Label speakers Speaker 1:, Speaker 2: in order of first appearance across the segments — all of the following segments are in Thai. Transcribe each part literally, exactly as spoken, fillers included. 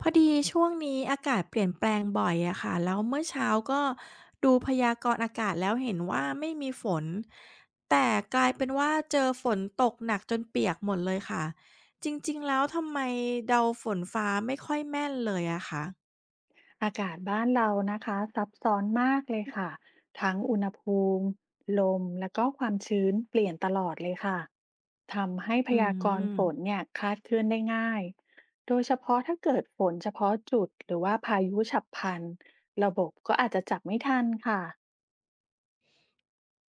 Speaker 1: พอดีช่วงนี้อากาศเปลี่ยนแปลงบ่อยอะค่ะแล้วเมื่อเช้าก็ดูพยากรณ์อากาศแล้วเห็นว่าไม่มีฝนแต่กลายเป็นว่าเจอฝนตกหนักจนเปียกหมดเลยค่ะจริงๆแล้วทำไมเดาฝนฟ้าไม่ค่อยแม่นเลยอะคะ
Speaker 2: อากาศบ้านเรานะคะซับซ้อนมากเลยค่ะทั้งอุณหภูมิลมและก็ความชื้นเปลี่ยนตลอดเลยค่ะทำให้พ
Speaker 1: อื
Speaker 2: ยากรณ์ฝน
Speaker 1: ม
Speaker 2: เนี่ยคลาดเคลื่อนได้ง่ายโดยเฉพาะถ้าเกิดฝนเฉพาะจุดหรือว่าพายุฉับพลันระบบก็อาจจะจับไม่ทันค่ะ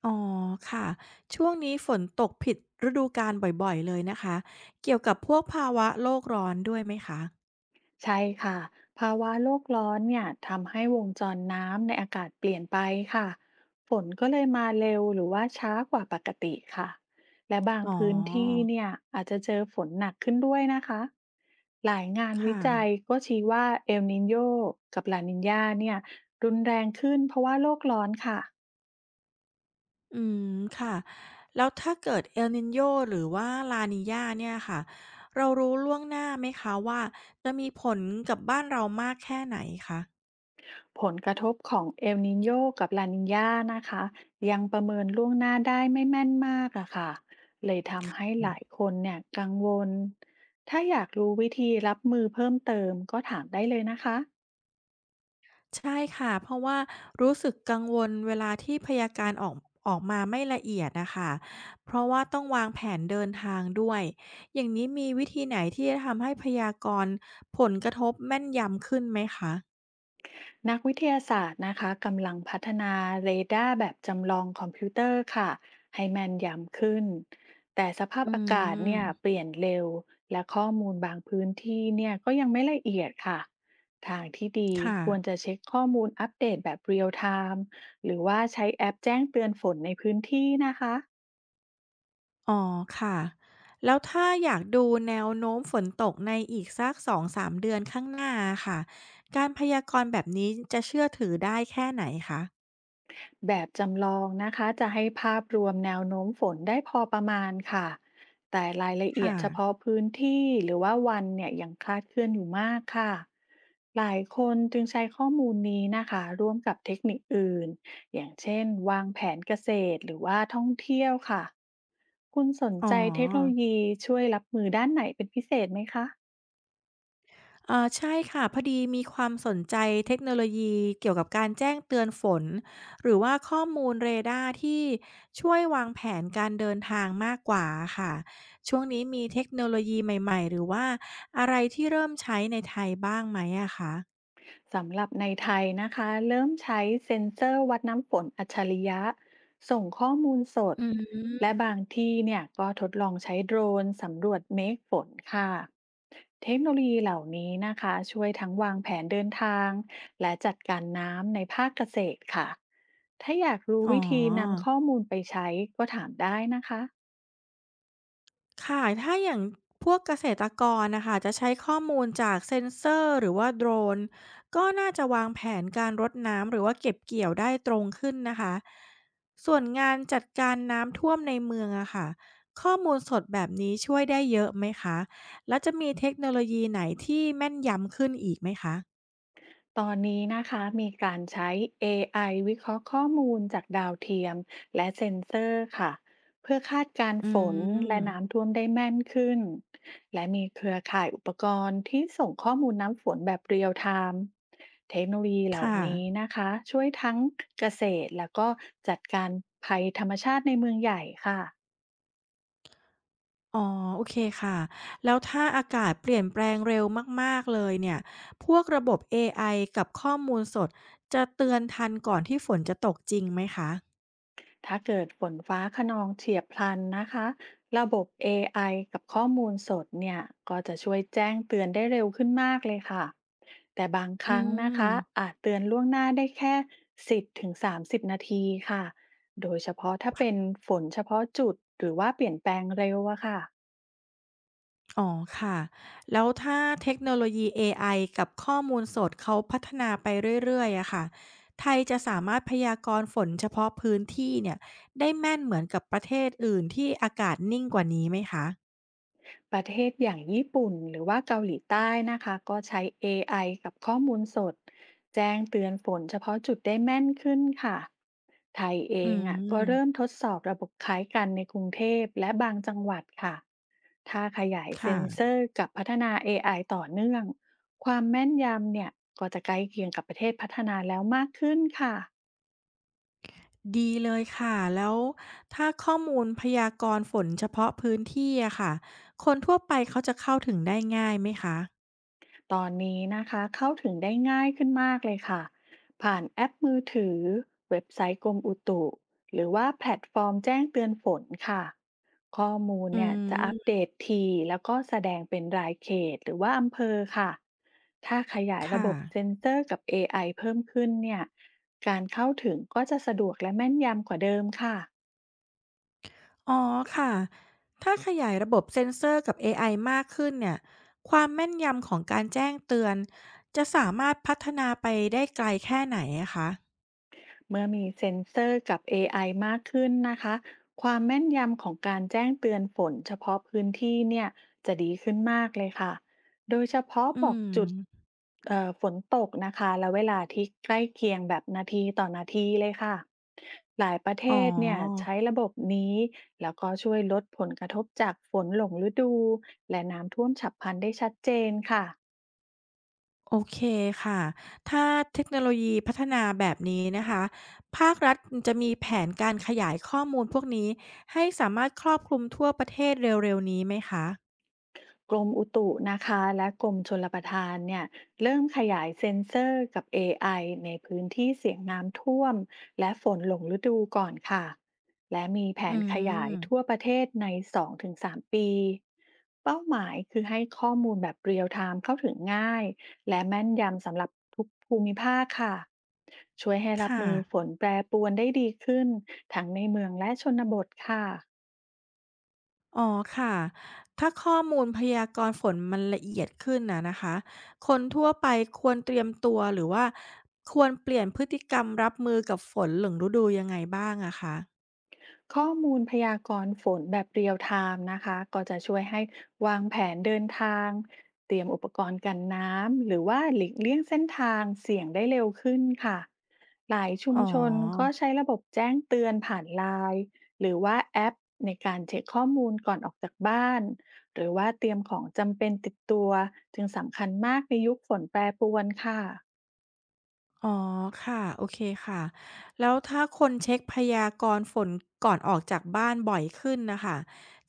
Speaker 1: อ๋อค่ะช่วงนี้ฝนตกผิดฤดูกาลบ่อยๆเลยนะคะเกี่ยวกับพวกภาวะโลกร้อนด้วยไหมคะ
Speaker 2: ใช่ค่ะภาวะโลกร้อนเนี่ยทำให้วงจรน้ำในอากาศเปลี่ยนไปค่ะฝนก็เลยมาเร็วหรือว่าช้ากว่าปกติค่ะและบาง
Speaker 1: อ๋อ
Speaker 2: พื้นที่เนี่ยอาจจะเจอฝนหนักขึ้นด้วยนะคะหลายงานวิ
Speaker 1: ค่ะ
Speaker 2: จัยก็ชี้ว่าเอลนินโยกับลานินญาเนี่ยรุนแรงขึ้นเพราะว่าโลกร้อนค่ะ
Speaker 1: อืมค่ะแล้วถ้าเกิด El Niño หรือว่า La Niña เนี่ยค่ะเรารู้ล่วงหน้าไหมคะว่าจะมีผลกับบ้านเรามากแค่ไหนคะ
Speaker 2: ผลกระทบของเอลนินโยกับลานินญานะคะยังประเมินล่วงหน้าได้ไม่แม่นมากอะค่ะเลยทำให้หลายคนเนี่ยกังวลถ้าอยากรู้วิธีรับมือเพิ่มเติมก็ถามได้เลยนะคะ
Speaker 1: ใช่ค่ะเพราะว่ารู้สึกกังวลเวลาที่พยากรณ์ออกออกมาไม่ละเอียดนะค่ะเพราะว่าต้องวางแผนเดินทางด้วยอย่างนี้มีวิธีไหนที่จะทำให้พยากรณ์ผลกระทบแม่นยำขึ้นไหมคะ
Speaker 2: นักวิทยาศาสตร์นะคะกำลังพัฒนาเรดาร์แบบจำลองคอมพิวเตอร์ค่ะให้แม่นยำขึ้นแต่สภาพ
Speaker 1: อื
Speaker 2: อากาศเนี่ยเป
Speaker 1: ม
Speaker 2: ลี่ยนเร็วและข้อมูลบางพื้นที่เนี่ยก็ยังไม่ละเอียดค่ะทางที่ดี
Speaker 1: ค่ะ
Speaker 2: ควรจะเช็คข้อมูลอัปเดตแบบเรียลไทม์หรือว่าใช้แอปแจ้งเตือนฝนในพื้นที่นะคะ
Speaker 1: อ๋อค่ะแล้วถ้าอยากดูแนวโน้มฝนตกในอีกสักสองถึงสามเดือนข้างหน้าค่ะการพยากรณ์แบบนี้จะเชื่อถือได้แค่ไหนคะ
Speaker 2: แบบจำลองนะคะจะให้ภาพรวมแนวโน้มฝนได้พอประมาณค่ะแต่รายละเอียด
Speaker 1: ค่ะ
Speaker 2: เฉพาะพื้นที่หรือว่าวันเนี่ยยังคลาดเคลื่อนอยู่มากค่ะหลายคนจึงใช้ข้อมูลนี้นะคะร่วมกับเทคนิคอื่นอย่างเช่นวางแผนเกษตรหรือว่าท่องเที่ยวค่ะคุณสน
Speaker 1: อ๋
Speaker 2: ใจเทคโนโล
Speaker 1: อ
Speaker 2: ยีช่วยรับมือด้านไหนเป็นพิเศษไหมคะ
Speaker 1: เอ่อใช่ค่ะพอดีมีความสนใจเทคโนโลยีเกี่ยวกับการแจ้งเตือนฝนหรือว่าข้อมูลเรดาร์ที่ช่วยวางแผนการเดินทางมากกว่าค่ะช่วงนี้มีเทคโนโลยีใหม่ๆหรือว่าอะไรที่เริ่มใช้ในไทยบ้างไหมอะคะ
Speaker 2: สำหรับในไทยนะคะเริ่มใช้เซ็นเซอร์วัดน้ำฝนอัจฉริยะส่งข้อมูลสด
Speaker 1: อื
Speaker 2: และ
Speaker 1: ม
Speaker 2: บางที่เนี่ยก็ทดลองใช้โดรนสำรวจเมฆฝนค่ะเทคโนโลยีเหล่านี้นะคะช่วยทั้งวางแผนเดินทางและจัดการน้ำในภาคเกษตรค่ะถ้าอยากรู้
Speaker 1: อ๋
Speaker 2: วิธีนำ
Speaker 1: อ
Speaker 2: ข้อมูลไปใช้ก็ถามได้นะคะ
Speaker 1: ค่ะ ถ้าอย่างพวกเกษตรกรนะคะ จะใช้ข้อมูลจากเซ็นเซอร์หรือว่าโดรน ก็น่าจะวางแผนการรดน้ำหรือว่าเก็บเกี่ยวได้ตรงขึ้นนะคะ ส่วนงานจัดการน้ำท่วมในเมืองอะค่ะ ข้อมูลสดแบบนี้ช่วยได้เยอะไหมคะ แล้วจะมีเทคโนโลยีไหนที่แม่นยำขึ้นอีกไหมคะ
Speaker 2: ตอนนี้นะคะมีการใช้ เอ ไอ วิเคราะห์ข้อมูลจากดาวเทียมและเซ็นเซอร์ค่ะเพื่อคาดการณ์
Speaker 1: อื
Speaker 2: ฝนและน้ำ
Speaker 1: ม
Speaker 2: ท่วมได้แม่นขึ้นและมีเครือข่ายอุปกรณ์ที่ส่งข้อมูลน้ำฝนแบบเรียลไทม์เทคโนโลยีเหล่า
Speaker 1: ค่ะ
Speaker 2: นี้นะคะช่วยทั้งเกษตรแล้วก็จัดการภัยธรรมชาติในเมืองใหญ่ค่ะ
Speaker 1: อ๋อโอเคค่ะแล้วถ้าอากาศเปลี่ยนแปลงเร็วมากๆเลยเนี่ยพวกระบบเอไอกับข้อมูลสดจะเตือนทันก่อนที่ฝนจะตกจริงไหมคะ
Speaker 2: ถ้าเกิดฝนฟ้าคะนองเฉียบพลันนะคะระบบ เอ ไอ กับข้อมูลสดเนี่ยก็จะช่วยแจ้งเตือนได้เร็วขึ้นมากเลยค่ะแต่บางค
Speaker 1: อื
Speaker 2: รั้งนะคะ
Speaker 1: ม
Speaker 2: อาจเตือนล่วงหน้าได้แค่สิบถึงสามสิบนาทีค่ะโดยเฉพาะถ้าเป็นฝนเฉพาะจุดหรือว่าเปลี่ยนแปลงเร็วอะค่ะ
Speaker 1: อ๋อค่ะแล้วถ้าเทคโนโลยีเอไอกับข้อมูลสดเขาพัฒนาไปเรื่อยๆอะค่ะไทยจะสามารถพยากรณ์ฝนเฉพาะพื้นที่เนี่ยได้แม่นเหมือนกับประเทศอื่นที่อากาศนิ่งกว่านี้ไหมคะ
Speaker 2: ประเทศอย่างญี่ปุ่นหรือว่าเกาหลีใต้นะคะก็ใช้ เอ ไอ กับข้อมูลสดแจ้งเตือนฝนเฉพาะจุดได้แม่นขึ้นค่ะไทยเอ
Speaker 1: อื
Speaker 2: งอ่ะก็
Speaker 1: ม
Speaker 2: เริ่มทดสอบระบบคล้ายกันในกรุงเทพและบางจังหวัดค่ะถ้าขยายเซ็นเซ
Speaker 1: ค่ะ
Speaker 2: อร์กับพัฒนา เอ ไอ ต่อเนื่องความแม่นยำเนี่ยก็จะใกล้เคียงกับประเทศพัฒนาแล้วมากขึ้นค่ะ
Speaker 1: ดีเลยค่ะแล้วถ้าข้อมูลพยากรณ์ฝนเฉพาะพื้นที่อะค่ะคนทั่วไปเขาจะเข้าถึงได้ง่ายไหมคะ
Speaker 2: ตอนนี้นะคะเข้าถึงได้ง่ายขึ้นมากเลยค่ะผ่านแอปมือถือเว็บไซต์กรมอุตุหรือว่าแพลตฟอร์มแจ้งเตือนฝนค่ะข้อมูล
Speaker 1: อื
Speaker 2: เนี่ยจะอัปเด
Speaker 1: ม
Speaker 2: ตทีแล้วก็แสดงเป็นรายเขตหรือว่าอำเภอค่ะถ้าขยายระ
Speaker 1: ค่ะ
Speaker 2: บบเซ็นเซอร์กับ เอ ไอ เพิ่มขึ้นเนี่ยการเข้าถึงก็จะสะดวกและแม่นยำกว่าเดิมค่ะ
Speaker 1: อ๋อค่ะถ้าขยายระบบเซ็นเซอร์กับเอไอมากขึ้นเนี่ยความแม่นยำของการแจ้งเตือนจะสามารถพัฒนาไปได้ไกลแค่ไหนอะคะ
Speaker 2: เมื่อมีเซ็นเซอร์กับ เอ ไอ มากขึ้นนะคะความแม่นยำของการแจ้งเตือนฝนเฉพาะพื้นที่เนี่ยจะดีขึ้นมากเลยค่ะโดยเฉพาะบ
Speaker 1: อื
Speaker 2: อก
Speaker 1: ม
Speaker 2: จุดเอ่อฝนตกนะคะและเวลาที่ใกล้เคียงแบบนาทีต่อนาทีเลยค่ะหลายประเท
Speaker 1: อ๋อ
Speaker 2: ศเนี่ยใช้ระบบนี้แล้วก็ช่วยลดผลกระทบจากฝนหลงฤดูและน้ำท่วมฉับพลันได้ชัดเจนค่ะ
Speaker 1: โอเคค่ะ ถ้าเทคโนโลยีพัฒนาแบบนี้นะคะ ภาครัฐจะมีแผนการขยายข้อมูลพวกนี้ให้สามารถครอบคลุมทั่วประเทศเร็วๆนี้ไหมคะ
Speaker 2: กรมอุตุนะคะและกรมชลประทานเนี่ยเริ่มขยายเซ็นเซอร์กับ เอ ไอ ในพื้นที่เสี่ยงน้ำท่วมและฝนหลงฤดูก่อนค่ะและมีแผ
Speaker 1: อื
Speaker 2: นขยายทั่ว
Speaker 1: ม
Speaker 2: ประเทศในสองถึงสามปีเป้าหมายคือให้ข้อมูลแบบเรียลไทม์เข้าถึงง่ายและแม่นยำสำหรับทุกภูมิภาคค่ะช่วยให้รับ
Speaker 1: ค่ะ
Speaker 2: มือฝนแปรปรวนได้ดีขึ้นทั้งในเมืองและชนบทค่ะ
Speaker 1: อ๋อค่ะ ถ้าข้อมูลพยากรณ์ฝนมันละเอียดขึ้นนะนะคะ คนทั่วไปควรเตรียมตัวหรือว่าควรเปลี่ยนพฤติกรรมรับมือกับฝนหลึงฤดูยังไงบ้างอะคะ
Speaker 2: ข้อมูลพยากรณ์ฝนแบบเรียลไทม์นะคะก็จะช่วยให้วางแผนเดินทางเตรียมอุปกรณ์กันน้ำหรือว่าหลีกเลี่ยงเส้นทางเสี่ยงได้เร็วขึ้นค่ะหลายชุม
Speaker 1: อ๋อ
Speaker 2: ชนก็ใช้ระบบแจ้งเตือนผ่านไลน์หรือว่าแอปในการเช็คข้อมูลก่อนออกจากบ้านหรือว่าเตรียมของจำเป็นติดตัวจึงสำคัญมากในยุคฝนแปรปรวนค่ะ
Speaker 1: อ๋อค่ะโอเคค่ะแล้วถ้าคนเช็คพยากรณ์ฝนก่อนออกจากบ้านบ่อยขึ้นนะคะ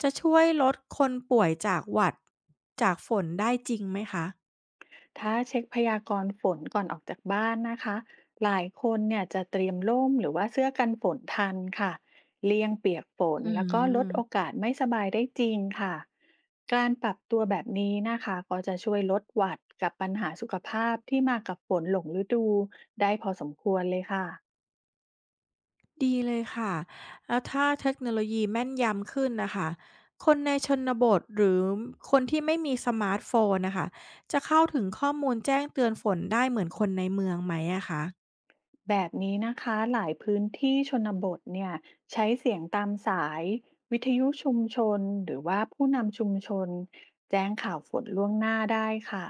Speaker 1: จะช่วยลดคนป่วยจากหวัดจากฝนได้จริงไหมคะ
Speaker 2: ถ้าเช็คพยากรณ์ฝนก่อนออกจากบ้านนะคะหลายคนเนี่ยจะเตรียมร่มหรือว่าเสื้อกันฝนทันค่ะเลี่ยงเปียกฝน
Speaker 1: อื
Speaker 2: แล้วก็ลดโอ
Speaker 1: ม
Speaker 2: กาสไม่สบายได้จริงค่ะการปรับตัวแบบนี้นะคะก็จะช่วยลดหวัดกับปัญหาสุขภาพที่มากับฝนหลงฤดูได้พอสมควรเลยค่ะ
Speaker 1: ดีเลยค่ะแล้วถ้าเทคโนโลยีแม่นยำขึ้นนะคะคนในชนบทหรือคนที่ไม่มีสมาร์ทโฟนนะคะจะเข้าถึงข้อมูลแจ้งเตือนฝนได้เหมือนคนในเมืองไหมอะคะ
Speaker 2: แบบนี้นะคะหลายพื้นที่ชนบทเนี่ยใช้เสียงตามสายวิทยุชุมชนหรือว่าผู้นำชุมชนแจ้งข่าวฝนล่วงหน้าได้ค่ะ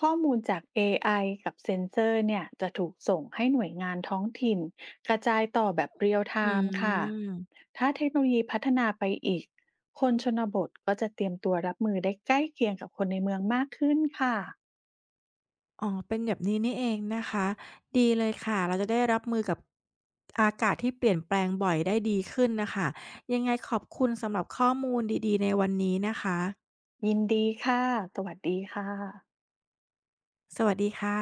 Speaker 2: ข้อมูลจาก เอ ไอ กับเซ็นเซอร์เนี่ยจะถูกส่งให้หน่วยงานท้องถิ่นกระจายต่อแบบเรียลไท
Speaker 1: อื
Speaker 2: ม์ค่ะ
Speaker 1: ม
Speaker 2: ถ้าเทคโนโลยีพัฒนาไปอีกคนชนบทก็จะเตรียมตัวรับมือได้ใกล้เคียงกับคนในเมืองมากขึ้นค่ะ
Speaker 1: อ๋อเป็นแบบนี้นี่เองนะคะ ดีเลยค่ะ เราจะได้รับมือกับอากาศที่เปลี่ยนแปลงบ่อยได้ดีขึ้นน่ะค่ะยังไงขอบคุณสำหรับข้อมูลดีๆในวันนี้นะคะ
Speaker 2: ยินดีค่ะสวัสดีค่ะ
Speaker 1: สวัสดีค่ะ